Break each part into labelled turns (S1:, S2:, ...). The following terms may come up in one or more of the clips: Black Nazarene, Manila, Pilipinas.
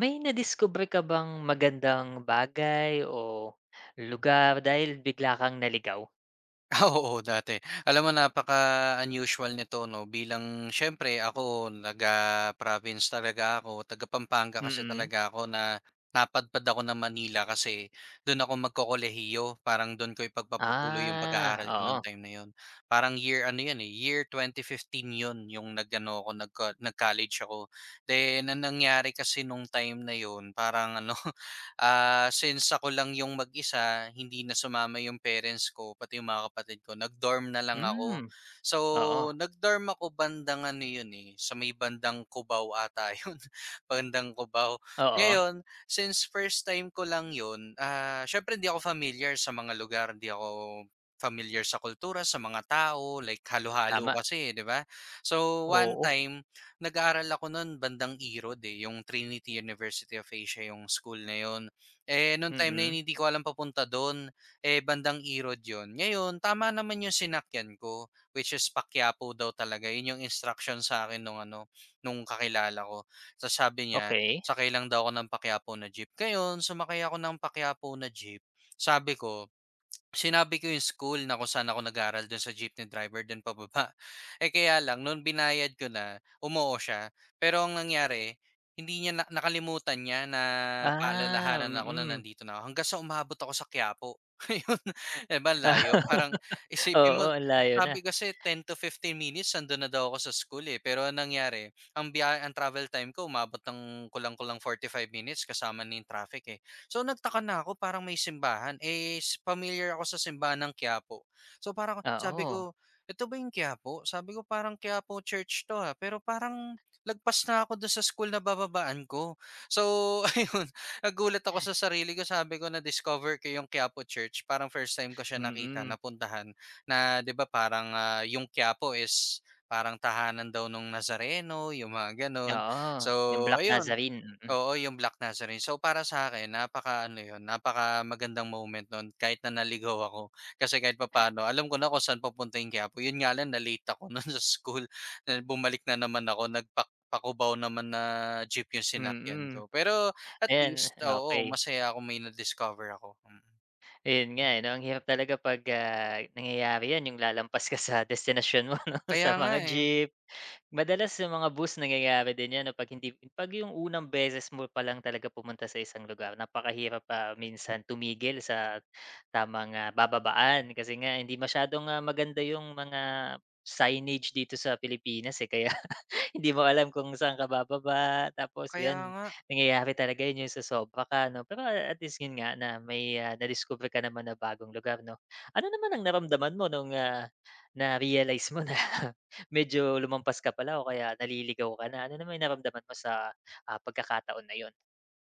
S1: May nadiskubre ka bang magandang bagay o lugar dahil bigla kang naligaw?
S2: Ah, oo dati. Alam mo, napaka-unusual nito 'no, bilang siyempre ako, taga-province talaga ako, taga Pampanga kasi
S1: Mm.
S2: talaga ako na napadpad ako ng Manila kasi do'n ako magkokolehiyo, parang do'n ko ipagpapatuloy yung
S1: Ah,
S2: pag-aaral ko nung
S1: oo.
S2: time na 'yon. Parang year 2015 'yon yung nag-college ako. Then ang nangyari kasi nung time na 'yon, parang ano, ah, since ako lang yung mag-isa, hindi na sumama yung parents ko, pati yung mga kapatid ko, nag-dorm na lang ako.
S1: Hmm,
S2: So,
S1: oo,
S2: nag-dorm ako bandang ano yun, eh, sa may bandang Cubao ata yun, bandang Cubao.
S1: oo,
S2: Ngayon, since first time ko lang yun, ah, syempre hindi ako familiar sa mga lugar, hindi ako familiar sa kultura, sa mga tao, like halo-halo
S1: tama.
S2: kasi, di ba? So, one
S1: Oo,
S2: time, nag-aaral ako noon bandang Irod, eh, yung Trinity University of Asia, yung school na yun. Eh, nung time na
S1: mm,
S2: yun hindi ko alam papunta dun, eh, bandang Irod yun. Ngayon tama naman yung sinakyan ko, which is pa-Quiapo daw talaga, yun yung instruction sa akin nung ano, nung kakilala ko. Tapos sabi niya,
S1: okey.
S2: sakay lang daw ako ng pa na jeep. Ngayon sumakay ako ng pa na jeep, sabi ko Sinabi ko yung school na kung saan ako nag-aral dun sa jeepney driver dun pababa. Eh, kaya lang noon binayad ko na, umoo siya. Pero ang nangyari, hindi niya na nakalimutan niya na
S1: Ah,
S2: paalalahanan ako na
S1: mm.
S2: nandito na ako hanggang sa umabot ako sa Quiapo. Ayun, 'di ba ang layo? Parang isipin
S1: Oo,
S2: mo,
S1: ang layo na.
S2: sabi kasi 10 to 15 minutes nandun na daw ako sa school, eh. Pero ang nangyari, ang travel time ko umabot ng kulang-kulang 45 minutes kasama na yung traffic, eh. So nagtaka na ako, parang may simbahan, eh, familiar ako sa simbahan ng Quiapo. So parang sabi
S1: Oo,
S2: ko, "Ito ba yung Quiapo?" Sabi ko, "Parang Quiapo church 'to, ah." Pero parang lagpas na ako dun sa school na bababaan ko. So ayun, nagulat ako sa sarili ko, sabi ko na-discover ko yung Quiapo church, parang first time ko siya nakita,
S1: mm,
S2: napuntahan na, 'di ba, parang, ah, yung Quiapo is parang tahanan daw nung Nazareno, yung mga gano'n.
S1: oo,
S2: So,
S1: yung Black
S2: ayun.
S1: Nazarene, mm,
S2: Oo, yung Black Nazarene. So, para sa akin, napakaano yun, napaka magandang moment nun kahit na naligaw ako. Kasi kahit papaano alam ko na kung saan papunta yung Quiapo. Yun nga lang, na-late ako nun sa school, na bumalik na naman ako, nagpa naman na jeep yung sinakyan
S1: mm,
S2: ko. Pero at
S1: ayan,
S2: least, oo,
S1: okey.
S2: masaya ako, may na-discover ako, mm.
S1: Ayun nga, eh, 'no, ang hirap talaga 'pag, ah, nangyayari 'yan, yung lalampas ka sa destinasyon mo 'no,
S2: Kaya
S1: sa
S2: nga,
S1: mga
S2: eh.
S1: jeep. Madalas sa mga bus nangyayari din 'yan 'no, 'pag yung unang beses mo pa lang talaga pumunta sa isang lugar, napakahirap pa minsan tumigil sa tamang, ah, bababaan kasi nga hindi masyadong, ah, maganda yung mga signage dito sa Pilipinas, eh, kaya hindi mo alam kung saan ka bababa tapos
S2: Kaya
S1: yun,
S2: nga.
S1: nangyayari talaga yun yung sosobra ka 'no, pero at least yun nga na may, ah, nadiskubre ka naman na bagong lugar 'no. Ano naman ang naramdaman mo nung, ah, na-realize mo na medyo lumampas ka pala o kaya naliligaw ka na, ano naman yung naramdaman mo sa, ah, pagkakataon na yun?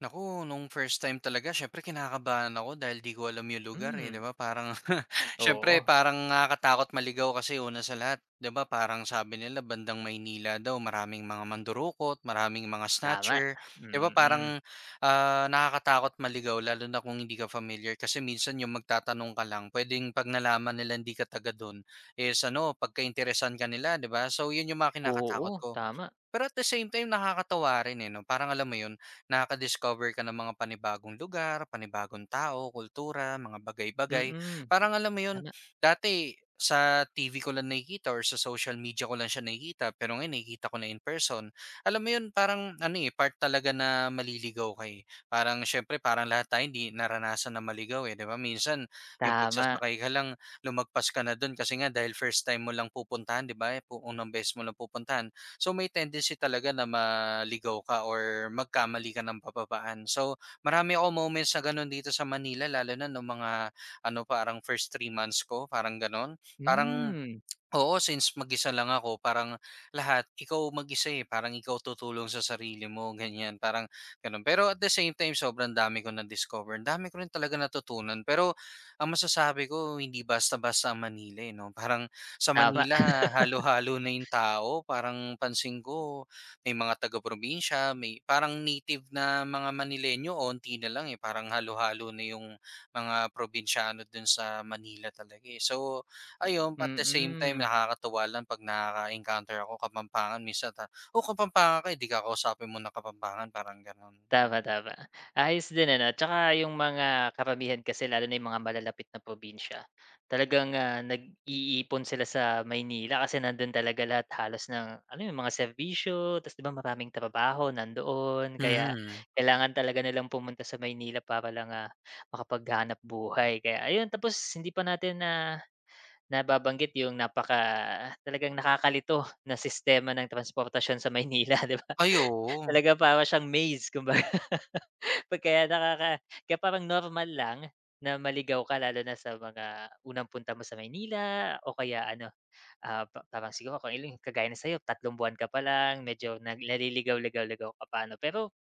S2: Naku, nung first time talaga, syempre kinakabahan ako dahil di ko alam yung lugar, eh, 'di
S1: Hmm,
S2: ba? Parang syempre
S1: oo,
S2: parang nakakatakot maligaw kasi una sa lahat, 'di ba? Parang sabi nila bandang Maynila daw maraming mga mandurukot, maraming mga
S1: tama,
S2: snatcher, 'di ba?
S1: mm.
S2: Parang, ah, nakakatakot maligaw lalo na kung hindi ka familiar, kasi minsan yung magtatanong ka lang, puwedeng 'pag nalaman nila hindi ka taga dun is ano, pagkainteresan ka nila, 'di ba? So, yun yung mga kinakatakot
S1: Oo,
S2: ko.
S1: tama,
S2: Pero at the same time nakakatuwa rin, eh, 'no? Parang alam mo 'yun, nakaka-discover ka ng mga panibagong lugar, panibagong tao, kultura, mga bagay-bagay.
S1: mm,
S2: Parang alam mo 'yun,
S1: tama,
S2: dati sa TV ko lang nakikita or sa social media ko lang siya nakikita, pero ngayon nakikita ko na in person. Alam mo 'yun, parang ano, eh, part talaga na maliligaw ka, eh. Parang siyempre, parang lahat tayo hindi naranasan na maligaw, eh, 'di ba? Minsan yung
S1: tama,
S2: pagsasakay ka lang, lumagpas ka na dun kasi nga dahil first time mo lang pupuntahan, 'di ba? Unang beses mo lang pupuntahan. So may tendency talaga na maligaw ka or magkamali ka ng pababaan. So marami ako moments na ganun dito sa Manila, lalo na nung mga ano, parang first 3 months ko, parang ganun. Parang,
S1: hmm,
S2: oo, since mag-isa lang ako, parang lahat ikaw mag-isa, eh, parang ikaw tutulong sa sarili mo ganyan, parang gano'n. Pero at the same time sobrang dami ko na-discover, ang dami ko rin talaga natutunan. Pero ang masasabi ko, hindi basta-basta ang Manila, eh, 'no. Parang sa
S1: tama.
S2: Manila halo-halo na yung tao, parang pansin ko, may mga taga-probinsya, may parang native na mga Manilenyo onti na lang, eh, parang halo-halo na yung mga probinsyano dun sa Manila talaga, eh. So ayun, at the same time
S1: Mm.
S2: nakakatuwa lang 'pag nakaka-encounter ako Kapampangan minsan, ta "Oh, Kapampangan ka, eh, 'di kakausapin mo na Kapampangan." Parang gano'n. Mm.
S1: Tama, tama. Ayos din ano, 'tsaka yung mga karamihan kasi lalo na yung mga malalapit na probinsya, talagang, ah, nag-iipon sila sa Maynila kasi nandun talaga lahat halos ng alam mo yung mga serbisyo, ta's 'di ba maraming trabaho nandoon, kaya
S2: Mhm.
S1: kailangan talaga nilang pumunta sa Maynila para lang, ah, makapaghanap buhay. Kaya ayun, tapos hindi pa natin na nababanggit yung napaka talagang nakakalito na sistema ng transportasyon sa Maynila, 'di ba?
S2: Ay, oo.
S1: Talaga para siyang maze kung 'Pag kaya nakaka kaya parang normal lang na maligaw ka lalo na sa mga unang punta mo sa Maynila o kaya ano, ah, parang siguro kung iling kagaya ng sa'yo 3 buwan ka pa lang medyo naliligaw-ligaw-ligaw ka pa ano. Pero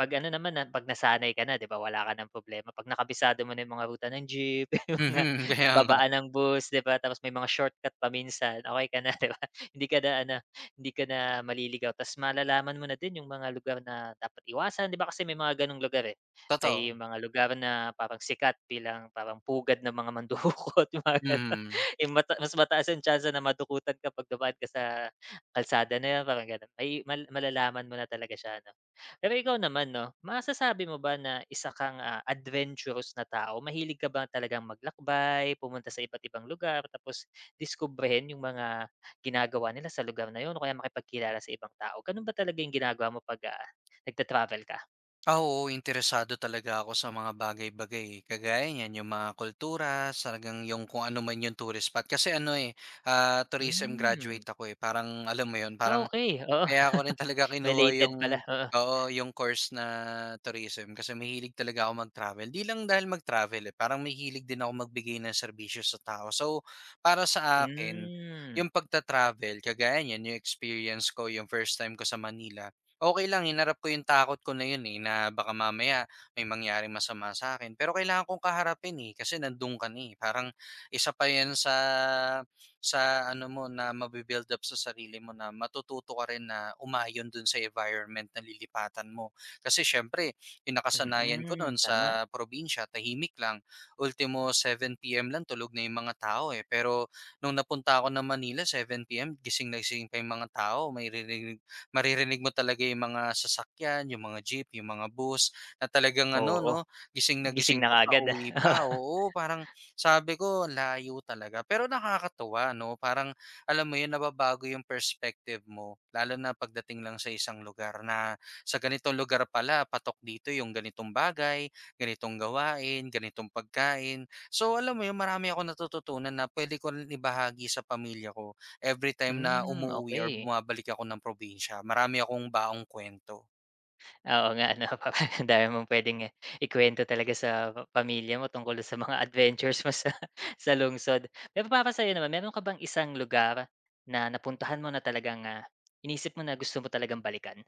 S1: 'Pag ano naman na 'pag nasanay ka na 'di ba wala ka ng problema, 'pag nakabisado mo na yung mga ruta ng jeep, yung mga
S2: Mhm, kaya nga.
S1: babaan ng bus 'di ba, tapos may mga shortcut pa minsan, okey ka na 'di ba? Hindi ka na ano, hindi ka na maliligaw tapos malalaman mo na din yung mga lugar na dapat iwasan 'di ba kasi may mga gano'ng lugar, eh.
S2: Totoo.
S1: May mga lugar na parang sikat bilang parang pugad ng mga mandukot yung mga gano'n,
S2: Mhm.
S1: yung mas mataas yung chance na madukutan ka 'pag dumaan ka sa kalsada na 'yan parang gano'n. May malalaman mo na talaga siya ano. Pero ikaw naman 'no, masasabi mo ba na isa kang, ah, adventurous na tao? Mahilig ka ba talagang maglakbay, pumunta sa iba't ibang lugar, tapos diskubrihin yung mga ginagawa nila sa lugar na yun o kaya makipagkilala sa ibang tao? Ganun ba talaga yung ginagawa mo 'pag, ah, nagta-travel ka?
S2: Ah, oo, interesado talaga ako sa mga bagay-bagay, eh. Kagaya niyan, yung mga kultura, talagang yung kung ano man yung tourist spot. Kasi ano, eh, ah, tourism
S1: Hmm,
S2: graduate ako, eh. Parang alam mo yun,
S1: ah,
S2: parang
S1: okey, oo,
S2: kaya ako rin talaga kinuha
S1: related
S2: yung,
S1: pala, oo.
S2: oo, yung course na tourism kasi mahilig talaga ako mag-travel. 'Di lang dahil mag-travel, eh, parang mahilig din ako magbigay ng serbisyo sa tao. So, para
S1: Hmm,
S2: sa akin,
S1: mm,
S2: yung pagta-travel kagaya niyan, yung experience ko, yung first time ko sa Manila, okay lang hinarap ko yung takot ko na yun, eh, na baka mamaya may mangyaring masama sa akin. Pero kailangan kong kaharapin, eh, kasi nandun ka na, eh. Parang isa pa yan sa ano mo na mabibuild up sa sarili mo, na matututo ka rin na umayon dun sa environment na lilipatan mo. Kasi siyempre, yung nakasanayan ko
S1: Mm-mm.
S2: nun
S1: Tama,
S2: sa probinsya, tahimik lang. Ultimo 7 p.m. lang tulog na yung mga tao, eh. Pero nung napunta ako ng Manila, 7 p.m., gising na gising pa yung mga tao. Maririnig mo talaga yung mga sasakyan, yung mga jeep, yung mga bus, na talagang ano,
S1: oo,
S2: no, gising na
S1: gising
S2: gising
S1: na
S2: pa,
S1: agad
S2: pauwi
S1: ah,
S2: pa.
S1: oo.
S2: Oo, parang sabi ko, layo talaga. Pero nakakatuwa, no? Parang, alam mo yun, nababago yung perspective mo. Lalo na pagdating lang sa isang lugar na sa ganitong lugar pala, patok dito yung ganitong bagay, ganitong gawain, ganitong pagkain. So, alam mo yun, marami ako natututunan na pwede ko rin ibahagi sa pamilya ko every time na
S1: Hmm,
S2: umuwi or
S1: okay.
S2: bumabalik ako ng probinsya. Marami akong baong kwento.
S1: Oo nga ano ang dami mong puwedeng ikuwento talaga sa pamilya mo tungkol sa mga adventures mo sa sa lungsod. Pero para sa'yo naman, meron ka bang isang lugar na napuntahan mo na talagang, ah, inisip mo na gusto mo talagang balikan?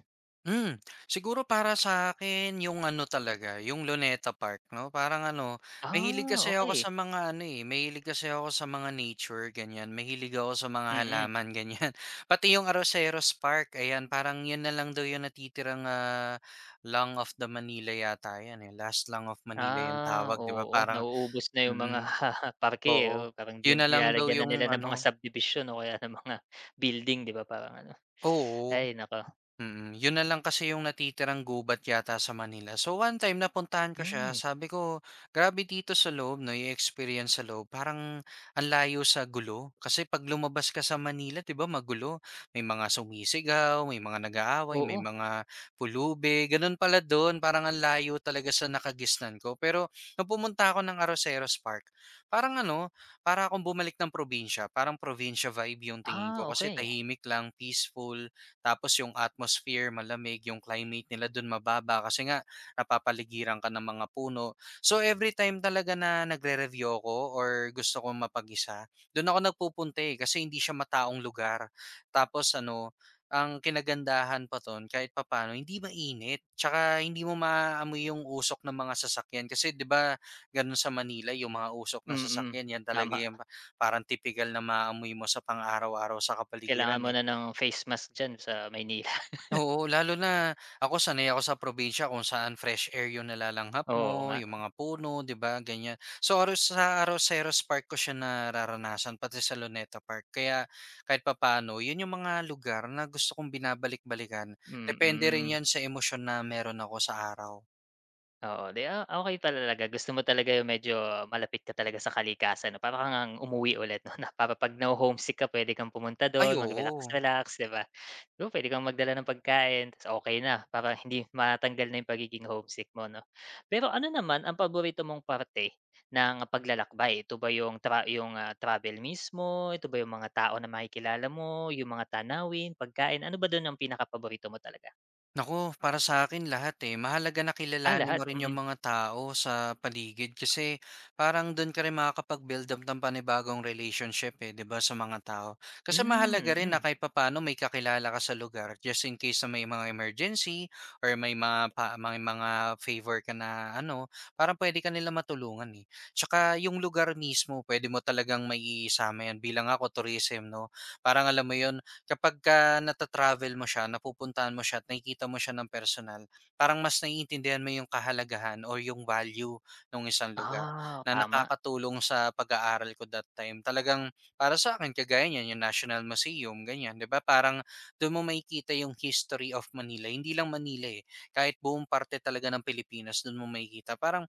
S2: Hmm, siguro para sa akin yung ano talaga, yung Luneta Park 'no, parang ano, mahilig
S1: Ah,
S2: kasi ako
S1: okey.
S2: sa mga ano, eh, mahilig kasi ako sa mga nature ganyan, mahilig ako sa mga
S1: Mm.
S2: halaman ganyan. Pati yung Arroceros Park ayan, parang yun na lang daw yung natitirang, ah, Lung of the Manila yata yan, eh, Last Lung of Manila yung
S1: Ah,
S2: tawag, 'di ba,
S1: oo,
S2: parang
S1: nauubos na yung mga
S2: mm,
S1: parke, eh,
S2: oo.
S1: oo, parang
S2: Yun na lang daw
S1: nilalagyan na nila
S2: yung
S1: ng mga
S2: ano,
S1: subdivision o kaya ng mga building, 'di ba, parang ano.
S2: oo.
S1: Ay naku,
S2: Mm, yun na lang kasi yung natitirang gubat yata sa Manila. So one time napuntahan ko siya,
S1: hmm,
S2: sabi ko, grabe dito sa loob, no, yung experience sa loob, parang ang layo sa gulo. Kasi pag lumabas ka sa Manila, 'di ba, magulo. May mga sumisigaw, may mga nag-aaway, may
S1: oo.
S2: mga pulubi, ganun pala doon, parang ang layo talaga sa nakagisnan ko. Pero nung pumunta ako ng Arroceros Park, parang ano, para akong bumalik ng probinsya, parang probinsya vibe yung tingin
S1: Ah,
S2: ko, kasi
S1: okey.
S2: tahimik lang, peaceful, tapos yung atmosphere malamig, yung climate nila dun mababa kasi nga napapaligiran ka ng mga puno. So every time talaga na nagre-review ako or gusto kong mapag-isa, doon ako nagpupunta, eh, kasi hindi siya mataong lugar. Tapos ano, ang kinagandahan pa ton, kahit papaano hindi mainit. Tsaka hindi mo maaamoy yung usok ng mga sasakyan kasi 'di ba ganun sa Manila, yung mga usok ng
S1: Mm,
S2: sasakyan yan talaga
S1: tama.
S2: yung parang typical na maaamoy mo sa pang-araw-araw sa
S1: Kailangan
S2: kapaligiran,
S1: mo
S2: eh.
S1: na ng face mask diyan sa Maynila.
S2: Oo, lalo na ako, sanay ako sa probinsya kung saan fresh air yung nalalanghap mo,
S1: Oo nga,
S2: yung mga puno, 'di ba, ganyan. So, aro sa Arroceros Park ko siya nararanasan, pati sa Luneta Park. Kaya kahit papaano, yun yung mga lugar na gusto kong binabalik-balikan. Depende rin
S1: mm.
S2: yan sa emosyon na meron ako sa araw.
S1: Oo, 'di, ah, okey pala talaga gusto mo talaga yung medyo malapit ka talaga sa kalikasan 'no, para ka ngang umuwi ulit 'no, na para 'pag naho-homesick ka puwede kang pumunta
S2: Ay,
S1: dun
S2: oo.
S1: mag-relax-relax, 'di ba? Oo, pwede kang magdala ng pagkain ta's okey na para hindi matanggal na yung pagiging homesick mo 'no. Pero ano naman ang paborito mong parte ng paglalakbay? Ito ba yung ah, travel mismo, ito ba yung mga tao na makikilala mo, yung mga tanawin, pagkain, ano ba dun ang pinakapaborito mo talaga?
S2: Nako, para sa akin lahat, eh. Mahalaga na
S1: Ah,
S2: kilalanin
S1: lahat.
S2: mo rin
S1: Mm-mm.
S2: yung
S1: Mm.
S2: mga tao sa paligid kasi parang dun ka rin makakapag-build up ng panibagong relationship, eh, 'di ba, sa mga tao. Kasi mahalaga
S1: Hmm,
S2: rin na
S1: mm.
S2: kahit papaano may kakilala ka sa lugar just in case na may mga emergency or may mga favor ka na ano, parang puwede ka nila matulungan, eh. Tsaka yung lugar mismo puwede mo talagang maiisama yan, bilang ako tourism 'no, parang alam mo yon, kapag nata-travel mo siya, napupuntahan mo siya at nakikita mo siya ng personal, parang mas naiintindihan mo yung kahalagahan or yung value ng isang lugar,
S1: Ah,
S2: na
S1: tama.
S2: nakakatulong sa pag-aaral ko that time. Talagang para sa akin, kagaya niyan, yung National Museum, ganyan, di ba? Parang doon mo makikita yung history of Manila. Hindi lang Manila, eh. Kahit buong parte talaga ng Pilipinas, doon mo makikita. Parang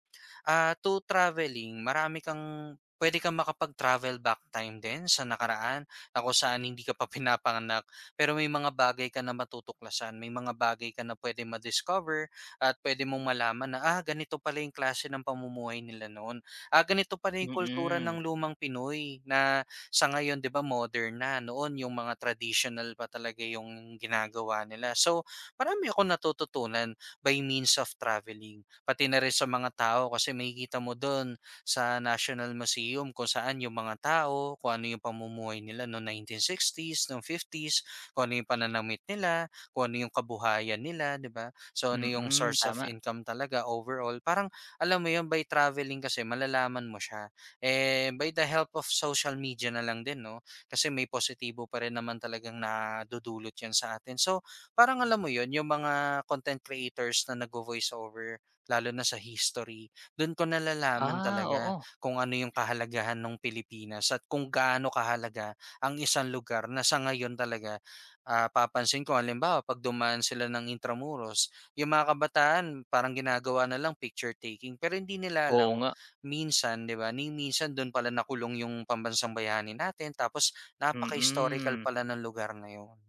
S2: ah, to traveling, marami kang pwede kang makapag-travel back time din sa nakaraan na kung saan hindi ka pa pinapanganak, pero may mga bagay ka na matutuklasan, may mga bagay ka na pwede ma-discover, at pwede mong malaman na, ah, ganito pala yung klase ng pamumuhay nila noon. Ah, ganito pala yung kultura ng
S1: Mm.
S2: lumang Pinoy, na sa ngayon, di ba, modern na. Noon, yung mga traditional pa talaga yung ginagawa nila. So, marami akong natututunan by means of traveling. Pati na rin sa mga tao, kasi makikita mo doon sa National Museum kung saan yung mga tao, kung ano yung pamumuhay nila noong 1960s, noong 50s, kung ano yung pananamit nila, kung ano yung kabuhayan nila, 'di ba? So ano yung
S1: Mm,
S2: source of
S1: tama.
S2: income talaga overall. Parang alam mo yun, by traveling kasi malalaman mo siya. Eh, by the help of social media na lang din, no? Kasi may positibo pa rin naman talagang nadudulot 'yan sa atin. So parang alam mo yun, yung mga content creators na nag-voice over lalo na sa history, do'n ko nalalaman
S1: Ah,
S2: talaga
S1: oo.
S2: kung ano yung kahalagahan ng Pilipinas at kung gaano kahalaga ang isang lugar na sa ngayon talaga, ah, papansin ko halimbawa 'pag dumaan sila ng Intramuros, yung mga kabataan parang ginagawa na lang picture taking pero hindi nila
S1: Oo
S2: alam
S1: nga,
S2: minsan, 'di ba, ni minsan do'n pala nakulong yung pambansang bayani natin, tapos napaka-historical
S1: mm.
S2: pala ng lugar na yun.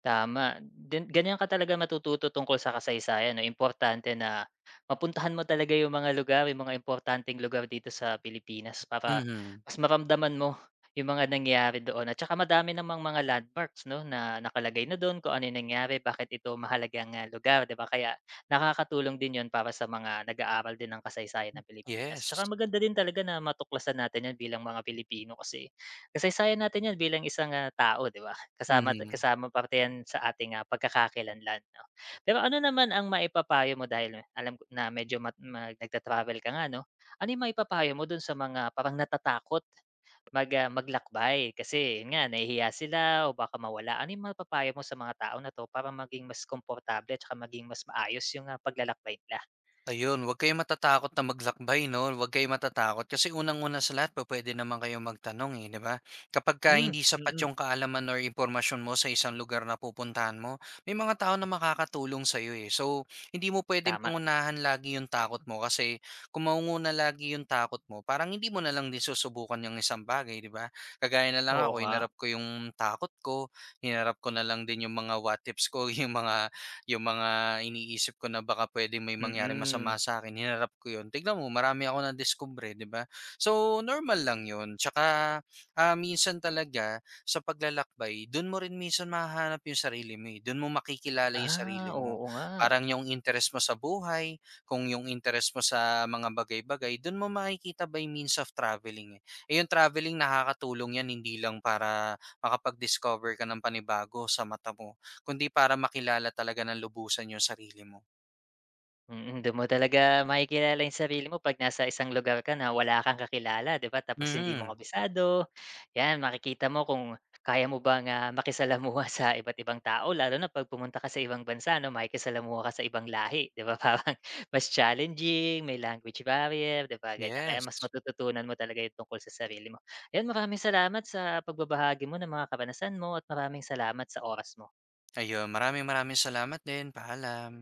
S1: Tama, din ganyan ka talaga matututo tungkol sa kasaysayan 'no, importante na mapuntahan mo talaga yung mga lugar, yung mga importanteng lugar dito sa Pilipinas para
S2: Mhm,
S1: mas maramdaman mo yung mga nangyayari doon at saka madami namang mga landmarks 'no, na nakalagay na doon kung ano yung nangyari, bakit ito mahalagang, ah, lugar 'di ba? Kaya nakakatulong din yon para sa mga nag-aaral din ng kasaysayan ng Pilipinas.
S2: yes.
S1: Tsaka maganda din talaga na matuklasan natin 'yan bilang mga Pilipino kasi kasaysayan natin 'yan bilang isang, ah, tao 'di ba? Kasama
S2: Mhm.
S1: kasama parte 'yan sa ating, ah, pagkakakilanlan 'no. Pero ano naman ang maipapayo mo dahil alam ko na medyo mat mag nagta-travel ka nga 'no. Ano yung maipapayo mo dun sa mga parang natatakot ah, maglakbay kasi yun nga nahihiya sila o baka mawala. Ano yung mapapayo mo sa mga tao na 'to para maging mas komportable at saka maging mas maayos yung, ah, paglalakbay nila?
S2: Ayun, huwag kayong matatakot na maglakbay 'no, huwag kayong matatakot kasi unang-una sa lahat pupuwede naman kayong magtanong, eh, 'di ba? Kapagka
S1: Hmm,
S2: hindi
S1: mm,
S2: sapat
S1: mm.
S2: yung kaalaman or impormasyon mo sa isang lugar na pupuntahan mo, may mga tao na makakatulong sa'yo, eh. So, hindi mo puwedeng
S1: Tama.
S2: pangunahan lagi yung takot mo kasi kung mangunguna lagi yung takot mo, parang hindi mo na lang din susubukan yung isang bagay, 'di ba? Kagaya na lang
S1: Oo
S2: ako,
S1: nga,
S2: hinarap ko yung takot ko, hinarap ko na lang din yung mga what ifs ko, yung mga iniisip ko na baka puwedeng may
S1: mm.
S2: mangyari masama
S1: Mm.
S2: sa akin, hinarap ko 'yun. Tignan mo, marami ako na discover, 'di ba? So, normal lang 'yun. Tsaka, ah, minsan talaga sa paglalakbay dun mo rin minsan mahahanap yung sarili mo, eh. Dun mo makikilala yung
S1: Ah,
S2: sarili mo.
S1: oo nga.
S2: Parang yung interes mo sa buhay, kung yung interes mo sa mga bagay-bagay, dun mo makikita by means of traveling, eh. Eh, yung traveling nakakatulong 'yan, hindi lang para makapag-discover ka ng panibago sa mata mo, kundi para makilala talaga ng lubusan yung sarili mo.
S1: Mm, dun mo talaga makikilala yung sarili mo 'pag nasa isang lugar ka na wala kang kakilala, 'di ba? Tapos hindi mo
S2: Mm,
S1: kabisado, 'yan makikita mo kung kaya mo bang, ah, makisalamuha sa iba't ibang tao lalo na 'pag pumunta ka sa ibang bansa 'no, makikisalamuha ka sa ibang lahi, 'di ba? Parang mas challenging, may language barrier, 'di ba, ganyan. Kaya
S2: yes.
S1: mas matututunan mo talaga yung tungkol sa sarili mo. Ayan, maraming salamat sa pagbabahagi mo ng mga karanasan mo at maraming salamat sa oras mo.
S2: Ayun, maraming maraming salamat din. Paalam.